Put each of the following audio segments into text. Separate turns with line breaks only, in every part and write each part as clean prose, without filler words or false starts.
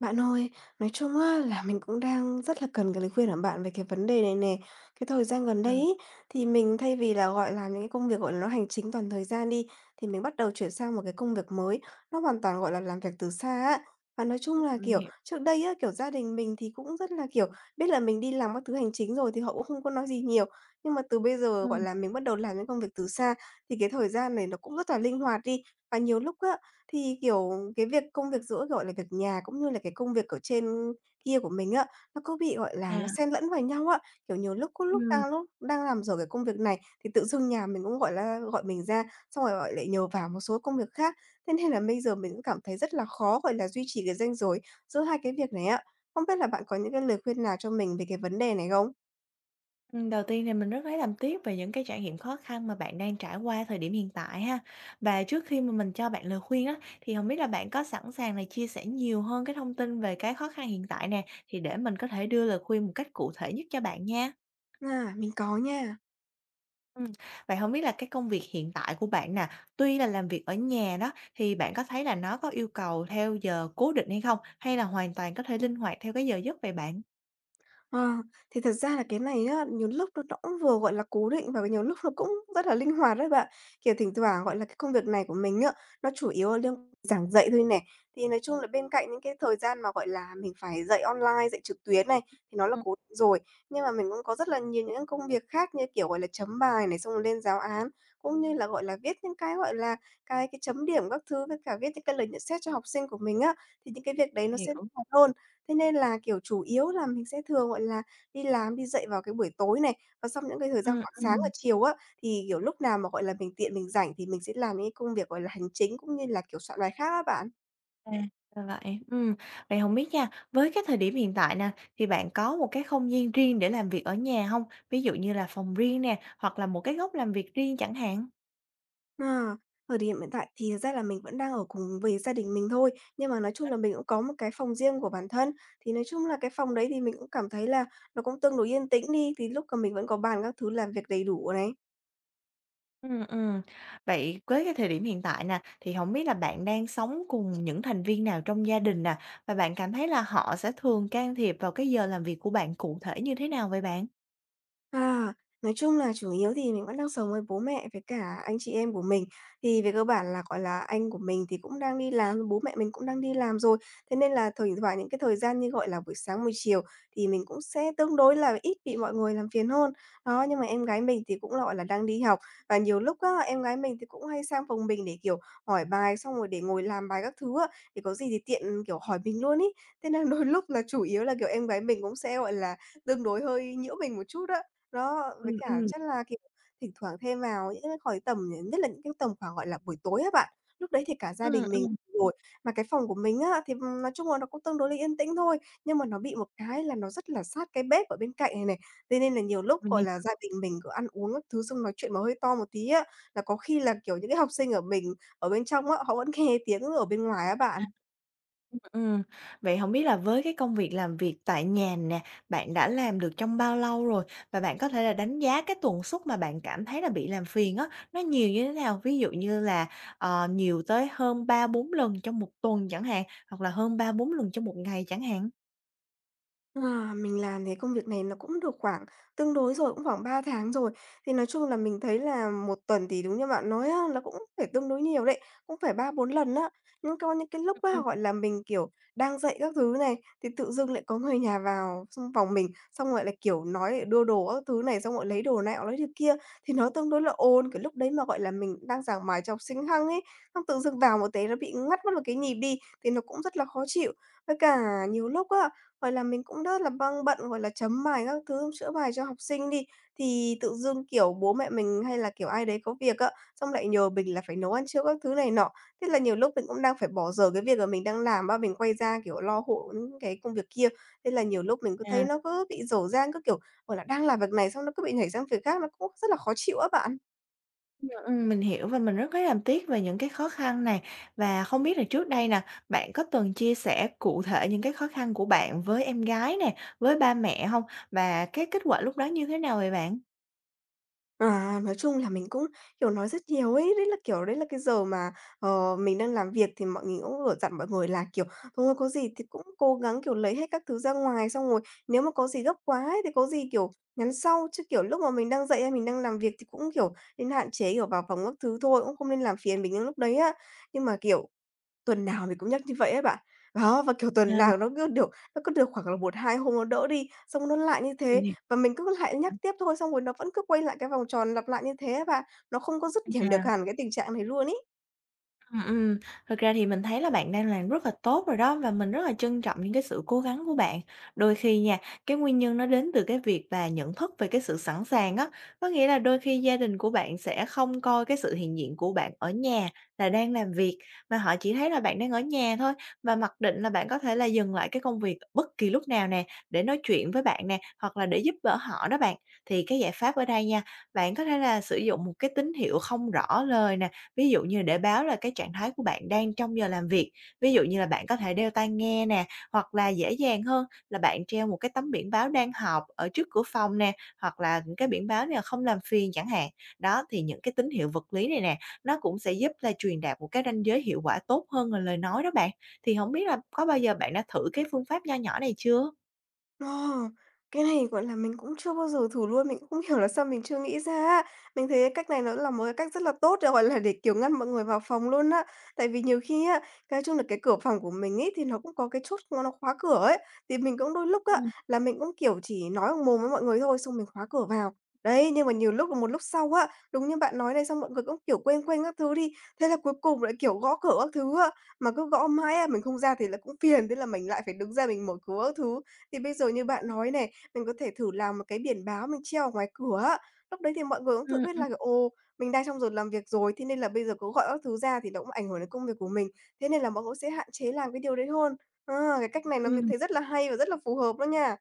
Bạn ơi, nói chung á là mình cũng đang rất là cần cái lời khuyên của bạn về cái vấn đề này nè. Cái thời gian gần
Ờ,
đây ấy, thì mình thay vì là, gọi là, những cái công việc, gọi là, nó hành chính toàn thời gian đi, thì mình bắt đầu chuyển sang một cái công việc mới, nó hoàn toàn, gọi là, làm việc từ xa á. Và nói chung là,
mình
kiểu,
hiểu.
trước đây á, kiểu, gia đình mình thì cũng rất là, kiểu, biết là mình đi làm các thứ hành chính rồi thì họ cũng không có nói gì nhiều. Nhưng mà từ bây giờ, gọi
Ừm.
là, mình bắt đầu làm những công việc từ xa, thì cái thời gian này nó cũng rất là linh hoạt đi. Và nhiều lúc á, thì, kiểu, cái việc công việc giữa, gọi là, việc nhà cũng như là cái công việc ở trên kia của mình á, nó có bị, gọi là, nó
À.
xen lẫn vào nhau á. Kiểu, nhiều lúc có lúc
ừm,
đang lúc đang làm dở cái công việc này thì tự dưng nhà mình cũng, gọi mình ra, xong rồi, gọi, lại nhờ vào một số công việc khác. Thế nên là bây giờ mình cũng cảm thấy rất là khó, gọi là, duy trì cái ranh giới giữa hai cái việc này á. Không biết là bạn có những cái lời khuyên nào cho mình về cái vấn đề này không?
Đầu tiên thì mình rất lấy làm tiếc về những cái trải nghiệm khó khăn mà bạn đang trải qua thời điểm hiện tại ha. Và trước khi mà mình cho bạn lời khuyên á, thì hổng biết là bạn có sẵn sàng là chia sẻ nhiều hơn cái thông tin về cái khó khăn hiện tại nè, thì để mình có thể đưa lời khuyên một cách cụ thể nhất cho bạn nha.
À, mình có nha.
Ừm, Vậy hổng biết là cái công việc hiện tại của bạn nè, tuy là làm việc ở nhà đó, thì bạn có thấy là nó có yêu cầu theo giờ cố định hay không? Hay là hoàn toàn có thể linh hoạt theo cái giờ giấc vậy bạn?
Ờ, thì thật ra là cái này á, nhiều lúc nó cũng vừa, gọi là, cố định và nhiều lúc nó cũng rất là linh hoạt đấy bạn. Kiểu, thỉnh thoảng, gọi là, cái công việc này của mình á, nó chủ yếu là liên giảng dạy thôi nè. Thì nói chung là bên cạnh những cái thời gian mà, gọi là, mình phải dạy online, dạy trực tuyến này, thì nó là
Ừm,
cố định rồi. Nhưng mà mình cũng có rất là nhiều những công việc khác như, kiểu, gọi là, chấm bài này, xong rồi lên giáo án, cũng như là, gọi là, viết những cái, gọi là, cái chấm điểm các thứ với cả viết những cái lời nhận xét cho học sinh của mình á, thì những cái việc đấy nó sẽ
hiểu.
nhiều hơn. Thế nên là, kiểu, chủ yếu là mình sẽ thường, gọi là, đi làm, đi dậy vào cái buổi tối này, và xong những cái thời gian
Ừm,
khoảng sáng và
ừm.
chiều á, thì, kiểu, lúc nào mà, gọi là, mình tiện, mình rảnh thì mình sẽ làm những cái công việc, gọi là, hành chính cũng như là, kiểu, soạn bài khác á bạn.
À, ra vậy. Vậy không biết nha, với cái thời điểm hiện tại nè, thì bạn có một cái không gian riêng để làm việc ở nhà không? Ví dụ như là phòng riêng nè, hoặc là một cái góc làm việc riêng chẳng hạn?
Ờ, thời điểm hiện tại thì thật ra là mình vẫn đang ở cùng với gia đình mình thôi, nhưng mà nói chung là mình cũng có một cái phòng riêng của bản thân. Thì nói chung là cái phòng đấy thì mình cũng cảm thấy là nó cũng tương đối yên tĩnh đi, thì lúc mà mình vẫn có bàn các thứ làm việc đầy đủ này.
Ừm, ừm. Vậy với cái thời điểm hiện tại nè, thì không biết là bạn đang sống cùng những thành viên nào trong gia đình nè? Và bạn cảm thấy là họ sẽ thường can thiệp vào cái giờ làm việc của bạn cụ thể như thế nào vậy bạn?
À, nói chung là chủ yếu thì mình vẫn đang sống với bố mẹ với cả anh chị em của mình. Thì về cơ bản là, gọi là, anh của mình thì cũng đang đi làm, bố mẹ mình cũng đang đi làm rồi. Thế nên là thỉnh thoảng những cái thời gian như, gọi là, buổi sáng, buổi chiều thì mình cũng sẽ tương đối là ít bị mọi người làm phiền hơn. Đó, nhưng mà em gái mình thì cũng là, gọi là, đang đi học và nhiều lúc á, em gái mình thì cũng hay sang phòng mình để, kiểu, hỏi bài xong rồi để ngồi làm bài các thứ á, thì có gì thì tiện, kiểu, hỏi mình luôn ấy. Thế nên đôi lúc là chủ yếu là, kiểu, em gái mình cũng sẽ, gọi là, tương đối hơi nhiễu mình một chút á. Đó, với
Ừm,
cả
ừm.
chắc là, kiểu, thỉnh thoảng thêm vào những cái khoảng tầm nhất là những cái tầm khoảng, gọi là, buổi tối á bạn. Lúc đấy thì cả gia
Ừm,
đình mình
ừm,
ngồi mà cái phòng của mình á thì, nói chung là nó cũng tương đối là yên tĩnh thôi, nhưng mà nó bị một cái là nó rất là sát cái bếp ở bên cạnh này này. Thế nên là nhiều lúc,
mình
gọi là, gia đình mình cứ ăn uống các thứ xong nói chuyện mà hơi to một tí á, là có khi là, kiểu, những cái học sinh ở mình ở bên trong á, họ vẫn nghe tiếng ở bên ngoài á bạn.
Ừm, Vậy không biết là với cái công việc làm việc tại nhà nè, bạn đã làm được trong bao lâu rồi? Và bạn có thể là đánh giá cái tần suất mà bạn cảm thấy là bị làm phiền á, nó nhiều như thế nào? Ví dụ như là, ờ, nhiều tới hơn 3 4 lần trong một tuần chẳng hạn, hoặc là hơn 3 4 lần trong một ngày chẳng hạn?
À, mình làm cái công việc này nó cũng được khoảng tương đối rồi, cũng khoảng 3 tháng rồi. Thì nói chung là mình thấy là một tuần thì đúng như bạn nói á, nó cũng phải tương đối nhiều đấy, cũng phải ba bốn lần á. Nhưng có những cái lúc
Ừm.
á, gọi là, mình, kiểu, đang dậy các thứ này, thì tự dưng lại có người nhà vào xong phòng mình, xong rồi lại, kiểu, nói lại đưa đồ các thứ này, xong rồi lấy đồ này, họ lấy đồ kia, thì nó tương đối là ồn. Cái lúc đấy mà, gọi là, mình đang giảng bài cho học sinh hăng ấy, xong tự dưng vào một tí nó bị ngắt mất một cái nhịp đi, thì nó cũng rất là khó chịu. Với cả nhiều lúc á gọi là, mình cũng rất là băng bận, gọi là, chấm bài các thứ, chữa bài cho học sinh đi, thì tự dưng, kiểu, bố mẹ mình hay là, kiểu, ai đấy có việc á, xong lại nhờ mình là phải nấu ăn trưa các thứ này nọ. Thế là nhiều lúc mình cũng đang phải bỏ dở cái việc là mình đang làm á, mình quay ra, kiểu, lo hộ những cái công việc kia. Nên là nhiều lúc mình cứ thấy
À.
nó cứ bị dở dang, cứ, kiểu, gọi là, đang làm việc này xong nó cứ bị nhảy sang việc khác, nó cũng rất là khó chịu á bạn.
Mình hiểu và mình rất lấy làm tiếc về những cái khó khăn này. Và không biết là trước đây nè, bạn có từng chia sẻ cụ thể những cái khó khăn của bạn với em gái nè, với ba mẹ không? Và cái kết quả lúc đó như thế nào vậy bạn?
À, nói chung là mình cũng, kiểu, nói rất nhiều ấy, đấy là, kiểu, đấy là cái giờ mà, ờ, mình đang làm việc thì mọi người cũng ở dặn mọi người là, kiểu, thôi có gì thì cũng cố gắng, kiểu, lấy hết các thứ ra ngoài, xong rồi nếu mà có gì gấp quá ấy thì có gì, kiểu, nhắn sau, chứ, kiểu, lúc mà mình đang dậy hay mình đang làm việc thì cũng, kiểu, nên hạn chế, kiểu, vào phòng các thứ thôi, cũng không nên làm phiền mình những lúc đấy á. Nhưng mà, kiểu, tuần nào mình cũng nhắc như vậy ấy bạn. Đó, và, kiểu, tuần
À, mình
nào nó cứ được khoảng là một 2 hôm nó đỡ đi, xong nó lại như
mình
thế,
hiểu.
và mình cứ lại nhắc tiếp thôi, xong rồi nó vẫn cứ quay lại cái vòng tròn lặp lại như thế á bạn. Nó không có dứt điểm
À.
được hẳn cái tình trạng này luôn ý.
Ừm. Thực ra thì mình thấy là bạn đang làm rất là tốt rồi đó và mình rất là trân trọng những cái sự cố gắng của bạn. Đôi khi nha, cái nguyên nhân nó đến từ cái việc là nhận thức về cái sự sẵn sàng á, có nghĩa là đôi khi gia đình của bạn sẽ không coi cái sự hiện diện của bạn ở nhà là đang làm việc, mà họ chỉ thấy là bạn đang ở nhà thôi và mặc định là bạn có thể là dừng lại cái công việc bất kỳ lúc nào nè, để nói chuyện với bạn nè, hoặc là để giúp đỡ họ đó bạn. Thì cái giải pháp ở đây nha, bạn có thể là sử dụng một cái tín hiệu không rõ lời nè. Ví dụ như để báo là cái trạng thái của bạn đang trong giờ làm việc, ví dụ như là bạn có thể đeo tai nghe nè, hoặc là dễ dàng hơn là bạn treo một cái tấm biển báo đang họp ở trước cửa phòng nè, hoặc là những cái biển báo này là không làm phiền chẳng hạn. Đó, thì những cái tín hiệu vật lý này nè, nó cũng sẽ giúp là truyền đạt một cái ranh giới hiệu quả tốt hơn là lời nói đó bạn. Thì không biết là có bao giờ bạn đã thử cái phương pháp nho nhỏ này chưa?
Ờ, cái này, gọi là, mình cũng chưa bao giờ thử luôn, mình cũng không hiểu là sao mình chưa nghĩ ra á. Mình thấy cái cách này nó là một cái cách rất là tốt để, gọi là, để, kiểu, ngăn mọi người vào phòng luôn á. Tại vì nhiều khi á, cái chung là cái cửa phòng của mình ấy thì nó cũng có cái chốt nó khóa cửa ấy, thì mình cũng đôi lúc á,
Ừm,
là mình cũng, kiểu, chỉ nói bằng mồm với mọi người thôi, xong mình khóa cửa vào. Đấy, nhưng mà nhiều lúc một lúc sau á, đúng như bạn nói này, xong mọi người cũng, kiểu, quên quên các thứ đi, thế là cuối cùng lại, kiểu, gõ cửa các thứ á, mà cứ gõ mãi á, mình không ra thì là cũng phiền, thế là mình lại phải đứng ra mình mở cửa các thứ. Thì bây giờ như bạn nói này, mình có thể thử làm một cái biển báo mình treo ở ngoài cửa á. Lúc đấy thì mọi người cũng tự
ừm,
biết
ừm,
là, ồ, mình đang trong giờ làm việc rồi, thế nên là bây giờ có gọi các thứ ra thì nó cũng ảnh hưởng đến công việc của mình. Thế nên là mọi người sẽ hạn chế làm cái điều đấy hơn. À, cái cách này nó mình
ừm.
thấy rất là hay và rất là phù hợp đó nha.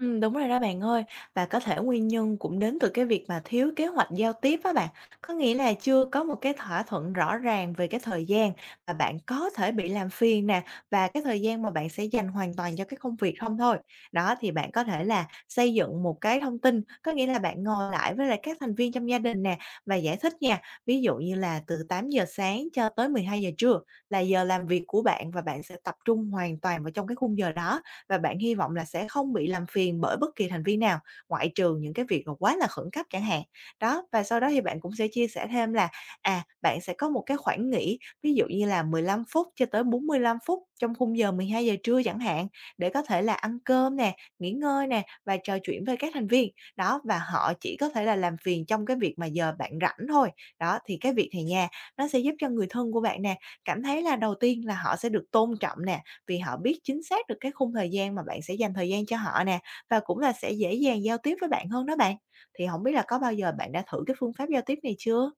Đúng rồi đó bạn ơi. Và có thể nguyên nhân cũng đến từ cái việc mà thiếu kế hoạch giao tiếp á bạn. Có nghĩa là chưa có một cái thỏa thuận rõ ràng về cái thời gian mà bạn có thể bị làm phiền nè, và cái thời gian mà bạn sẽ dành hoàn toàn cho cái công việc không thôi. Đó, thì bạn có thể là xây dựng một cái thông tin, có nghĩa là bạn ngồi lại với lại các thành viên trong gia đình nè, và giải thích nha. Ví dụ như là từ 8 giờ sáng cho tới 12 giờ trưa là giờ làm việc của bạn và bạn sẽ tập trung hoàn toàn vào trong cái khung giờ đó và bạn hy vọng là sẽ không bị làm phiền bởi bất kỳ thành viên nào, ngoại trừ những cái việc mà quá là khẩn cấp chẳng hạn. Đó, và sau đó thì bạn cũng sẽ chia sẻ thêm là, à, bạn sẽ có một cái khoảng nghỉ, ví dụ như là 15 phút cho tới 45 phút trong khung giờ 12 giờ trưa chẳng hạn, để có thể là ăn cơm nè, nghỉ ngơi nè và trò chuyện với các thành viên. Đó, và họ chỉ có thể là làm phiền trong cái việc mà giờ bạn rảnh thôi. Đó, thì cái việc này nha, nó sẽ giúp cho người thân của bạn nè, cảm thấy là đầu tiên là họ sẽ được tôn trọng nè, vì họ biết chính xác được cái khung thời gian mà bạn sẽ dành thời gian cho họ nè, và cũng là sẽ dễ dàng giao tiếp với bạn hơn đó bạn. Thì hổng biết là có bao giờ bạn đã thử cái phương pháp giao tiếp này chưa?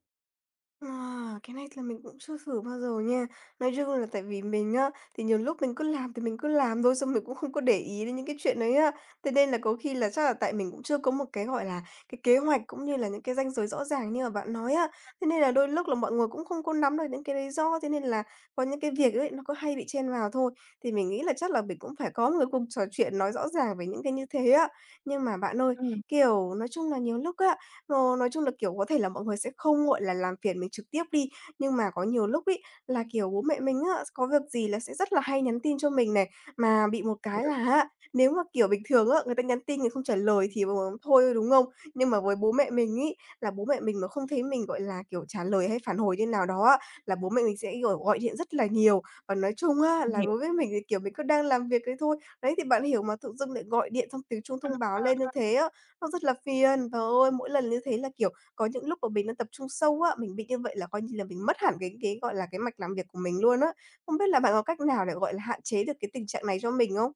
À, cái này là mình cũng chưa thử bao giờ nha. Nói chung là tại vì mình á, thì nhiều lúc mình cứ làm thôi, xong mình cũng không có để ý đến những cái chuyện đấy á. Thế nên là có khi là chắc là tại mình cũng chưa có một cái, gọi là, cái kế hoạch cũng như là những cái ranh giới rõ ràng như mà bạn nói á. Thế nên là đôi lúc là mọi người cũng không có nắm được những cái lý do, thế nên là có những cái việc ấy nó có hay bị chen vào thôi. Thì mình nghĩ là chắc là mình cũng phải có một cái cuộc trò chuyện nói rõ ràng về những cái như thế á. Nhưng mà bạn ơi,
Ừm,
kiểu, nói chung là nhiều lúc á, nói chung là, kiểu, có thể là mọi người sẽ không, gọi là, làm phiền mình trực tiếp đi, nhưng mà có nhiều lúc ấy, là, kiểu, bố mẹ mình á, có việc gì là sẽ rất là hay nhắn tin cho mình này. Mà bị một cái
hiểu.
là á, nếu mà, kiểu, bình thường á, người ta nhắn tin mình không trả lời thì, thôi, đúng không? Nhưng mà với bố mẹ mình ấy, là bố mẹ mình mà không thấy mình, gọi là, kiểu, trả lời hay phản hồi như nào đó á, là bố mẹ mình sẽ, kiểu, gọi điện rất là nhiều. Và nói chung á,
Mình
là
hiểu.
đối với mình thì, kiểu, mình cứ đang làm việc đấy thôi. Đấy, thì bạn hiểu mà, tự dưng lại gọi điện xong tiếng chuông thông báo lên như thế á, nó rất là phiền, trời ơi, mỗi lần như thế là, kiểu, có những lúc mà mình đang tập trung sâu á, mình bị như vậy là coi như là mình mất hẳn cái, gọi là, cái mạch làm việc của mình luôn á. Không biết là bạn có cách nào để, gọi là, hạn chế được cái tình trạng này cho mình không?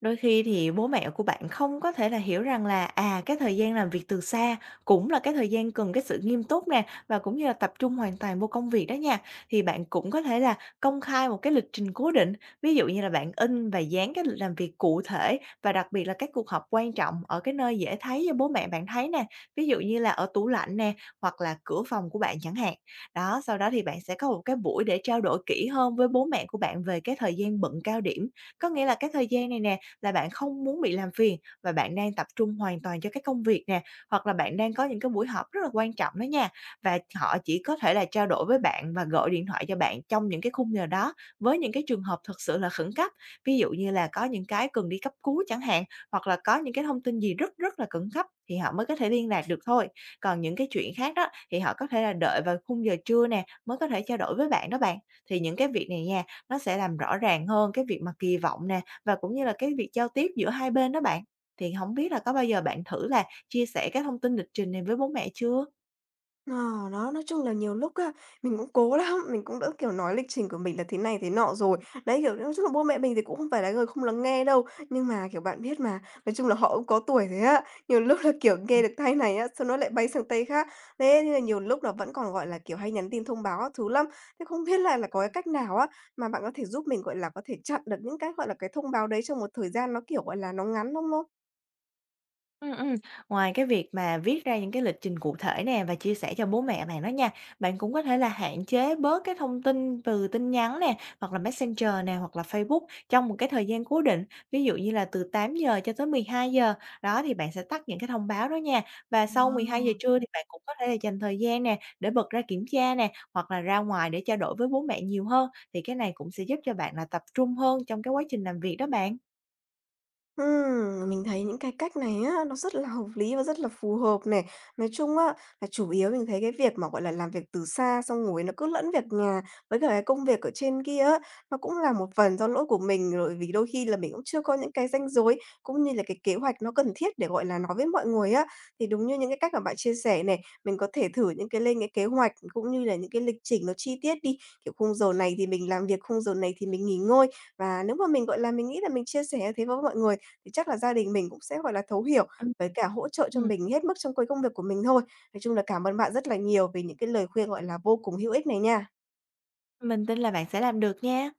Đôi khi thì bố mẹ của bạn không có thể là hiểu rằng là, à, cái thời gian làm việc từ xa cũng là cái thời gian cần cái sự nghiêm túc nè, và cũng như là tập trung hoàn toàn vô công việc đó nha. Thì bạn cũng có thể là công khai một cái lịch trình cố định, ví dụ như là bạn in và dán cái lịch làm việc cụ thể và đặc biệt là các cuộc họp quan trọng ở cái nơi dễ thấy cho bố mẹ bạn thấy nè, ví dụ như là ở tủ lạnh nè, hoặc là cửa phòng của bạn chẳng hạn. Đó, sau đó thì bạn sẽ có một cái buổi để trao đổi kỹ hơn với bố mẹ của bạn về cái thời gian bận cao điểm, có nghĩa là cái thời gian này nè là bạn không muốn bị làm phiền và bạn đang tập trung hoàn toàn cho cái công việc nè, hoặc là bạn đang có những cái buổi họp rất là quan trọng đó nha. Và họ chỉ có thể là trao đổi với bạn và gọi điện thoại cho bạn trong những cái khung giờ đó với những cái trường hợp thực sự là khẩn cấp. Ví dụ như là có những cái cần đi cấp cứu chẳng hạn, hoặc là có những cái thông tin gì rất rất là khẩn cấp thì họ mới có thể liên lạc được thôi. Còn những cái chuyện khác đó thì họ có thể là đợi vào khung giờ trưa nè mới có thể trao đổi với bạn đó bạn. Thì những cái việc này nha, nó sẽ làm rõ ràng hơn cái việc mà kỳ vọng nè và cũng như là cái việc giao tiếp giữa hai bên đó bạn. Thì không biết là có bao giờ bạn thử là chia sẻ cái thông tin lịch trình này với bố mẹ chưa?
Ờ, đó, nói chung là nhiều lúc á, mình cũng cố lắm, mình cũng đã, kiểu, nói lịch trình của mình là thế này thế nọ rồi. Đấy, kiểu, nói chung là bố mẹ mình thì cũng không phải là người không lắng nghe đâu, nhưng mà, kiểu, bạn biết mà, nói chung là họ cũng có tuổi thế á, nhiều lúc là, kiểu, nghe được tay này á, xong nó lại bay sang tay khác. Thế nên là nhiều lúc là vẫn còn, gọi là, kiểu, hay nhắn tin thông báo các thứ lắm. Thế không biết là có cái cách nào á, mà bạn có thể giúp mình, gọi là, có thể chặn được những cái, gọi là, cái thông báo đấy trong một thời gian nó, kiểu, gọi là, nó ngắn không cô?
Ừm, ừm. Ngoài cái việc mà viết ra những cái lịch trình cụ thể nè và chia sẻ cho bố mẹ bạn đó nha, bạn cũng có thể là hạn chế bớt cái thông tin từ tin nhắn nè, hoặc là Messenger nè, hoặc là Facebook trong một cái thời gian cố định, ví dụ như là từ tám giờ cho tới mười hai giờ. Đó, thì bạn sẽ tắt những cái thông báo đó nha. Và sau 12 giờ trưa thì bạn cũng có thể là dành thời gian nè, để bật ra kiểm tra nè, hoặc là ra ngoài để trao đổi với bố mẹ nhiều hơn, thì cái này cũng sẽ giúp cho bạn là tập trung hơn trong cái quá trình làm việc đó bạn.
Mình thấy những cái cách này á, nó rất là hợp lý và rất là phù hợp này. Nói chung á, là chủ yếu mình thấy cái việc mà, gọi là, làm việc từ xa xong rồi nó cứ lẫn việc nhà với cả cái công việc ở trên kia á, nó cũng là một phần do lỗi của mình rồi, vì đôi khi là mình cũng chưa có những cái ranh giới, cũng như là cái kế hoạch nó cần thiết để, gọi là, nói với mọi người á. Thì đúng như những cái cách mà bạn chia sẻ này, mình có thể thử những cái lên cái kế hoạch cũng như là những cái lịch trình nó chi tiết đi, kiểu, khung giờ này thì mình làm việc, khung giờ này thì mình nghỉ ngơi. Và nếu mà mình, gọi là, mình nghĩ là mình chia sẻ như thế với mọi người thì chắc là gia đình mình cũng sẽ, gọi là, thấu hiểu
Ừm,
với cả hỗ trợ cho
ừm.
mình hết mức trong cái công việc của mình thôi. Nói chung là cảm ơn bạn rất là nhiều về những cái lời khuyên, gọi là, vô cùng hữu ích này nha.
Mình tin là bạn sẽ làm được nha.